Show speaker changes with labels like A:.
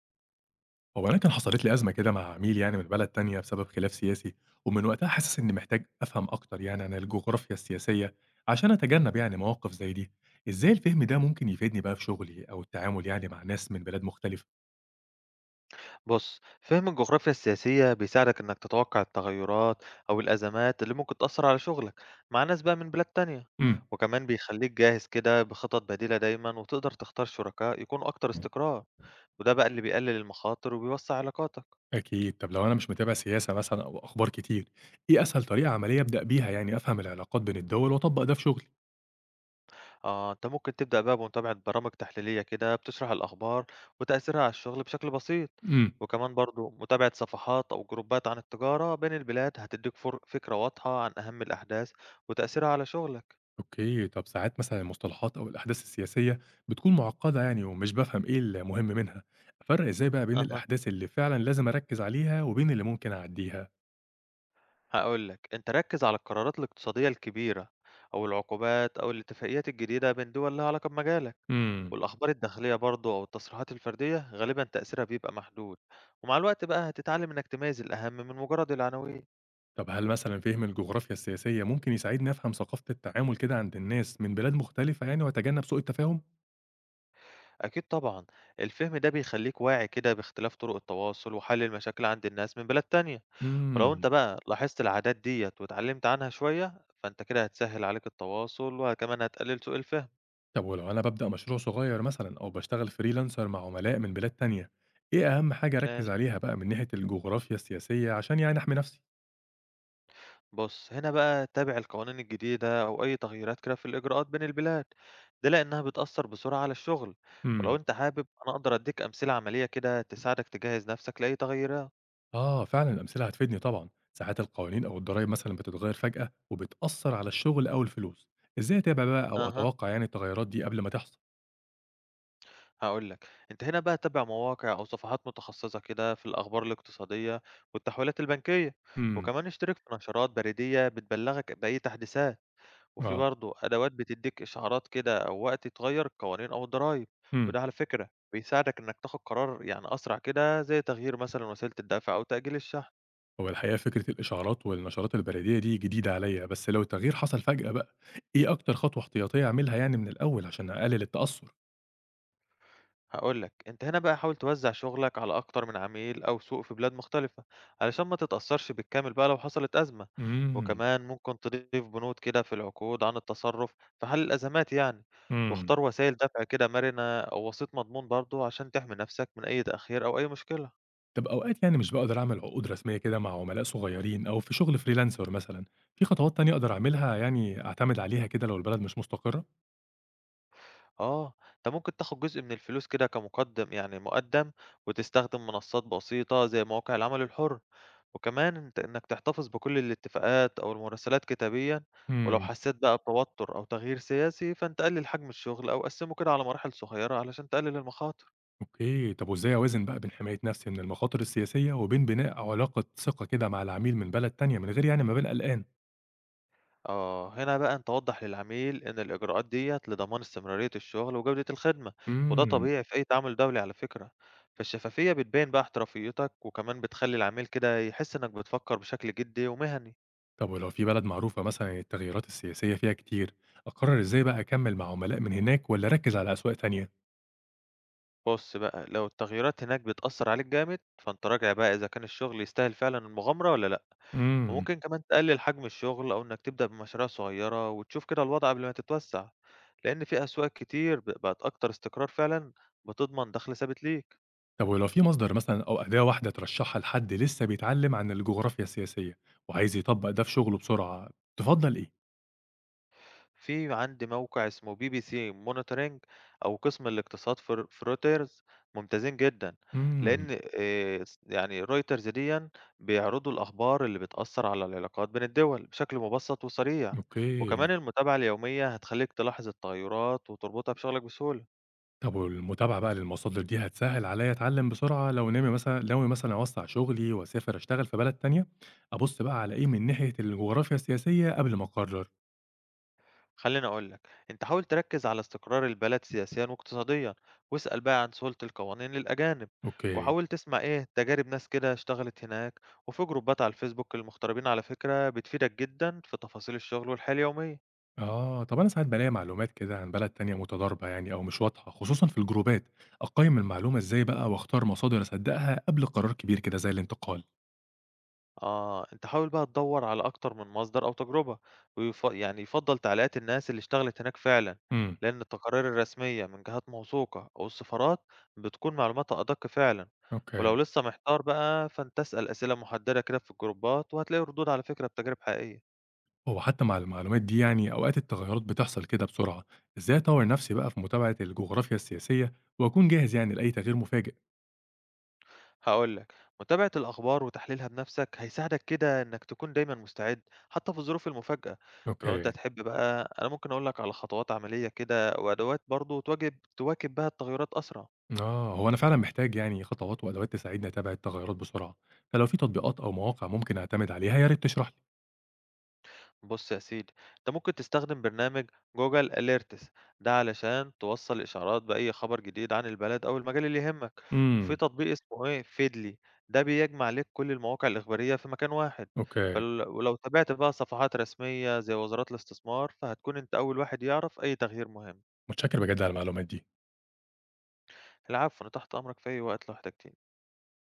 A: هو أنا كان حصلت لي أزمة كده مع عميل يعني من بلد تانية بسبب خلاف سياسي، ومن وقتها حاسس إني محتاج أفهم أكتر يعني عن الجغرافيا السياسية عشان أتجنب يعني مواقف زي دي، إزاي الفهم ده ممكن يفيدني بقى في شغلي أو التعامل يعني مع ناس من بلاد مختلفة؟
B: بُص، فهم الجغرافيا السياسية بيساعدك إنك تتوقع التغيرات أو الأزمات اللي ممكن تأثر على شغلك مع ناس بقى من بلاد تانية،
A: امم.
B: وكمان بيخليك جاهز كده بخطط بديلة دايمًا وتقدر تختار شركاء يكونوا أكتر استقرار، وده بقى اللي بيقلل المخاطر وبيوسع علاقاتك.
A: أكيد، طب لو أنا مش متابع سياسة مثلا أو أخبار كتير، إيه أسهل طريقة عملية أبدأ بيها يعني أفهم العلاقات بين الدول وأطبق ده في شغلي؟
B: آه، أنت ممكن تبدأ بقى بمتابعة برامج تحليلية كده بتشرح الأخبار وتأثيرها على الشغل بشكل بسيط،
A: امم.
B: وكمان برضه متابعة صفحات أو جروبات عن التجارة بين البلاد هتديك فكرة واضحة عن أهم الأحداث وتأثيرها على شغلك.
A: أوكي، طَب ساعات مثلًا المصطلحات أو الأحداث السياسية بتكون مُعقّدة يعني ومش بافهم إيه المهم منها، أفرّق إزاي بقى بين
B: أها.
A: الأحداث اللي فعلًا لازم أركّز عليها وبين اللي ممكن أعدّيها؟
B: هاقول لك، أنت ركّز على القرارات الاقتصادية الكبيرة أو العقوبات أو الاتفاقيات الجديدة بين دول لها علاقة بمجالك، إمم.
A: إمم.
B: والأخبار الداخلية برضه أو التصريحات الفردية غالبًا تأثيرها بيبقى محدود، ومع الوقت بقى هتتعلم إنك تميّز الأهم من مجرد العناوين.
A: طَب هل مثلًا فهم الجغرافيا السياسية ممكن يساعدني أفهم ثقافة التعامل كده عند الناس من بلاد مختلفة يعني وأتجنّب سوء التفاهم؟
B: أكيد طبعًا، الفهم ده بيخلّيك واعي كده باختلاف طرق التواصل وحل المشاكل عند الناس من بلاد تانية، ولو أنت
A: إمم.
B: بقى لاحظت العادات ديّة واتعلمت عنها شوية، فأنت كده هتسهّل عليك التواصل وكمان هتقلل سوء الفهم.
A: طَب ولو أنا بابدأ مشروع صغير مثلًا أو باشتغل freelancer مع عملاء من بلاد تانية، إيه أهم حاجة أركّز
B: ماشي.
A: عليها بقى من ناحية الجغرافيا السياسية عشان يعني أحمي نَفْسي؟
B: بُص، هنا بقى تابع القوانين الجديدة أو أي تغييرات كده في الإجراءات بين البلاد، ده لأنها بتأثر بسرعة على الشغل، ولو
A: إمم.
B: أنت حابب أنا أقدر أديك أمثلة عملية كده تساعدك تجهز نفسك لأي تغيرات.
A: آه فعلًا الأمثلة هتفيدني طبعًا، ساعات القوانين أو الضرايب مثلًا بتتغير فجأة وبتأثّر على الشغل أو الفلوس، إزاي أتابع بقى أو
B: أها،
A: أتوقع يعني التغيرات دي قبل ما تحصل؟
B: هاقول لك، أنت هنا بقى تابع مواقع أو صفحات متخصصة كده في الأخبار الاقتصادية والتحويلات البنكية،
A: إمم.
B: وكمان اشترك في نشرات بريدية بتبلغك بأي تحديثات. وفي
A: آه.
B: برضه أدوات بتديك إشعارات كده أو وقت تغير القوانين أو الضرايب،
A: إمم.
B: وده على فكرة بيساعدك إنك تاخد قرار يعني أسرع كده زي تغيير مثلا وسيلة الدفع أو تأجيل الشحن.
A: هو الحقيقة فكرة الإشعارات والنشرات البريدية دي جديدة عليَّ، بس لو التغيير حصل فجأة بقى، إيه أكتر خطوة احتياطية أعملها يعني من الأول عشان أقلل التأثّر؟
B: هقولك أنت هنا بقى حاول توزع شغلك على أكتر من عميل أو سوق في بلاد مختلفة علشان ما تتأثرش بالكامل بقى لو حصلت أزمة،
A: إمم.
B: وكمان ممكن تضيف بنود كده في العقود عن التصرف في حل الأزمات يعني،
A: إمم.
B: واختار وسائل دفع كده مرنة أو وسيط مضمون برضه عشان تحمي نفسك من أي تأخير أو أي مشكلة.
A: طب أوقات يعني مش باقدر أعمل عقود رسمية كده مع عملاء صغيرين أو في شغل freelancer مثلًا، في خطوات تانية أقدر أعملها يعني أعتمد عليها كده لو البلد مش مستقرة؟
B: آه، أنت ممكن تاخد جزء من الفلوس كده كمقدم يعني مقدم، وتستخدم منصات بسيطة زي مواقع العمل الحر، وكمان أنت إنك تحتفظ بكل الاتفاقات أو المراسلات كتابيًا، ولو
A: إمم.
B: حسيت بقى بتوتر أو تغيير سياسي فأنت قلل حجم الشغل أو قسمه كده على مراحل صغيرة علشان تقلل المخاطر.
A: أوكي، طب وإزاي أوازن بقى بين حماية نفسي من المخاطر السياسية وبين بناء علاقة ثقة كده مع العميل من بلد تانية من غير يعني ما أبان قلقان؟
B: آه، هنا بقى أنت وضح للعميل إن الإجراءات ديت لضمان استمرارية الشغل وجودة الخدمة، وده
A: إمم.
B: طبيعي في أي تعامل دولي على فكرة، فالشفافية بتبين بقى احترافيتك وكمان بتخلي العميل كده يحس إنك بتفكر بشكل جدي ومهني.
A: طب ولو في بلد معروفة مثلًا التغيرات السياسية فيها كتير، أقرر إزاي بقى أكمل مع عملاء من هناك والّا أركز على أسواق تانية؟
B: بص بقى، لو التغييرات هناك بتأثر عليك جامد فأنت راجع بقى إذا كان الشغل يستاهل فعلا المغامرة ولا لأ،
A: إمم.
B: وممكن كمان تقلل حجم الشغل أو إنك تبدأ بمشاريع صغيرة وتشوف كده الوضع قبل ما تتوسع، لأن في أسواق كتير بقت أكتر استقرار فعلا بتضمن دخل ثابت ليك.
A: طب ولو في مصدر مثلًا أو أداة واحدة ترشحها لحد لسه بيتعلم عن الجغرافيا السياسية وعايز يطبق ده في شغله بسرعة، تفضل إيه؟
B: في عندي موقع اسمه بي بي سي monitoring أو قسم الاقتصاد في ر في رويترز ممتازين جدًا،
A: إمم.
B: لإن س يعني رويترز ديًا بيعرضوا الأخبار اللي بتأثّر على العلاقات بين الدول بشكل مبسّط وسريع،
A: أوكي.
B: وكمان المتابعة اليومية هتخلّيك تلاحظ التغيّرات وتربطها بشغلك بسهولة.
A: طب والمتابعة بقى للمصادر دي هتسهل عليا أتعلم بسرعة لو ناوي مثلًا أوسّع شغلي وأسافر أشتغل في بلد تانية، أبُص بقى على إيه من ناحية الجغرافيا السياسية قبل ما أقرر.
B: خليني أقول لك، أنت حاول تركز على استقرار البلد سياسيا واقتصاديا، واسأل بقى عن سهولة القوانين للأجانب،
A: أوكي.
B: وحاول تسمع إيه تجارب ناس كده اشتغلت هناك، وفي جروبات على الفيسبوك للمغتربين على فكرة بتفيدك جدا في تفاصيل الشغل والحياة اليومية.
A: آه، طب أنا ساعات بالاقي معلومات كده عن بلد تانية متضاربة يعني أو مش واضحة، خصوصًا في الجروبات، أقيّم المعلومة إزاي بقى وأختار مصادر أصدقها قبل قرار كبير كده زي الانتقال؟
B: آه، أنت حاول بقى تدوّر على أكتر من مصدر أو تجربة، يعني يُفضّل تعليقات الناس اللي اشتغلت هناك فعلًا،
A: إمم.
B: لأن التقارير الرسمية من جهات موثوقة أو السفارات بتكون معلوماتها أدق فعلًا،
A: أوكي.
B: ولو لسه محتار بقى فأنت اسأل أسئلة محددة كده في الجروبات، وهتلاقي ردود على فكرة بتجارب حقيقية.
A: هو حتى مع المعلومات دي يعني أوقات التغيرات بتحصل كده بسرعة، إزاي أطوّر نفسي بقى في متابعة الجغرافيا السياسية وأكون جاهز يعني لأي تغيير مفاجئ؟
B: هاقول لك، متابعة الأخبار وتحليلها بنفسك هيساعدك كده إنك تكون دايمًا مستعد حتى في الظروف المفاجئة، ولو أنت
A: أوكي.
B: تحب بقى أنا ممكن أقول لك على خطوات عملية كده وأدوات برضه تواكب بها التغيرات أسرع.
A: آه، هو أنا فعلًا محتاج يعني خطوات وأدوات تساعدني أتابع التغيرات بسرعة، فلو في تطبيقات أو مواقع ممكن أعتمد عليها يا ريت تشرح لي.
B: بص يا سيدي، انت ممكن تستخدم برنامج جوجل اليرتس ده علشان توصل اشعارات باي خبر جديد عن البلد او المجال اللي يهمك، وفي
A: إمم.
B: تطبيق اسمه ايه فيدلي ده بيجمع لك كل المواقع الاخباريه في مكان واحد،
A: أوكي،
B: ولو تابعت بقى صفحات رسميه زي وزارات الاستثمار فهتكون انت اول واحد يعرف اي تغيير مهم.
A: متشكر بجد على المعلومات دي.
B: العفو، انا تحت امرك في اي وقت لو احتجتني.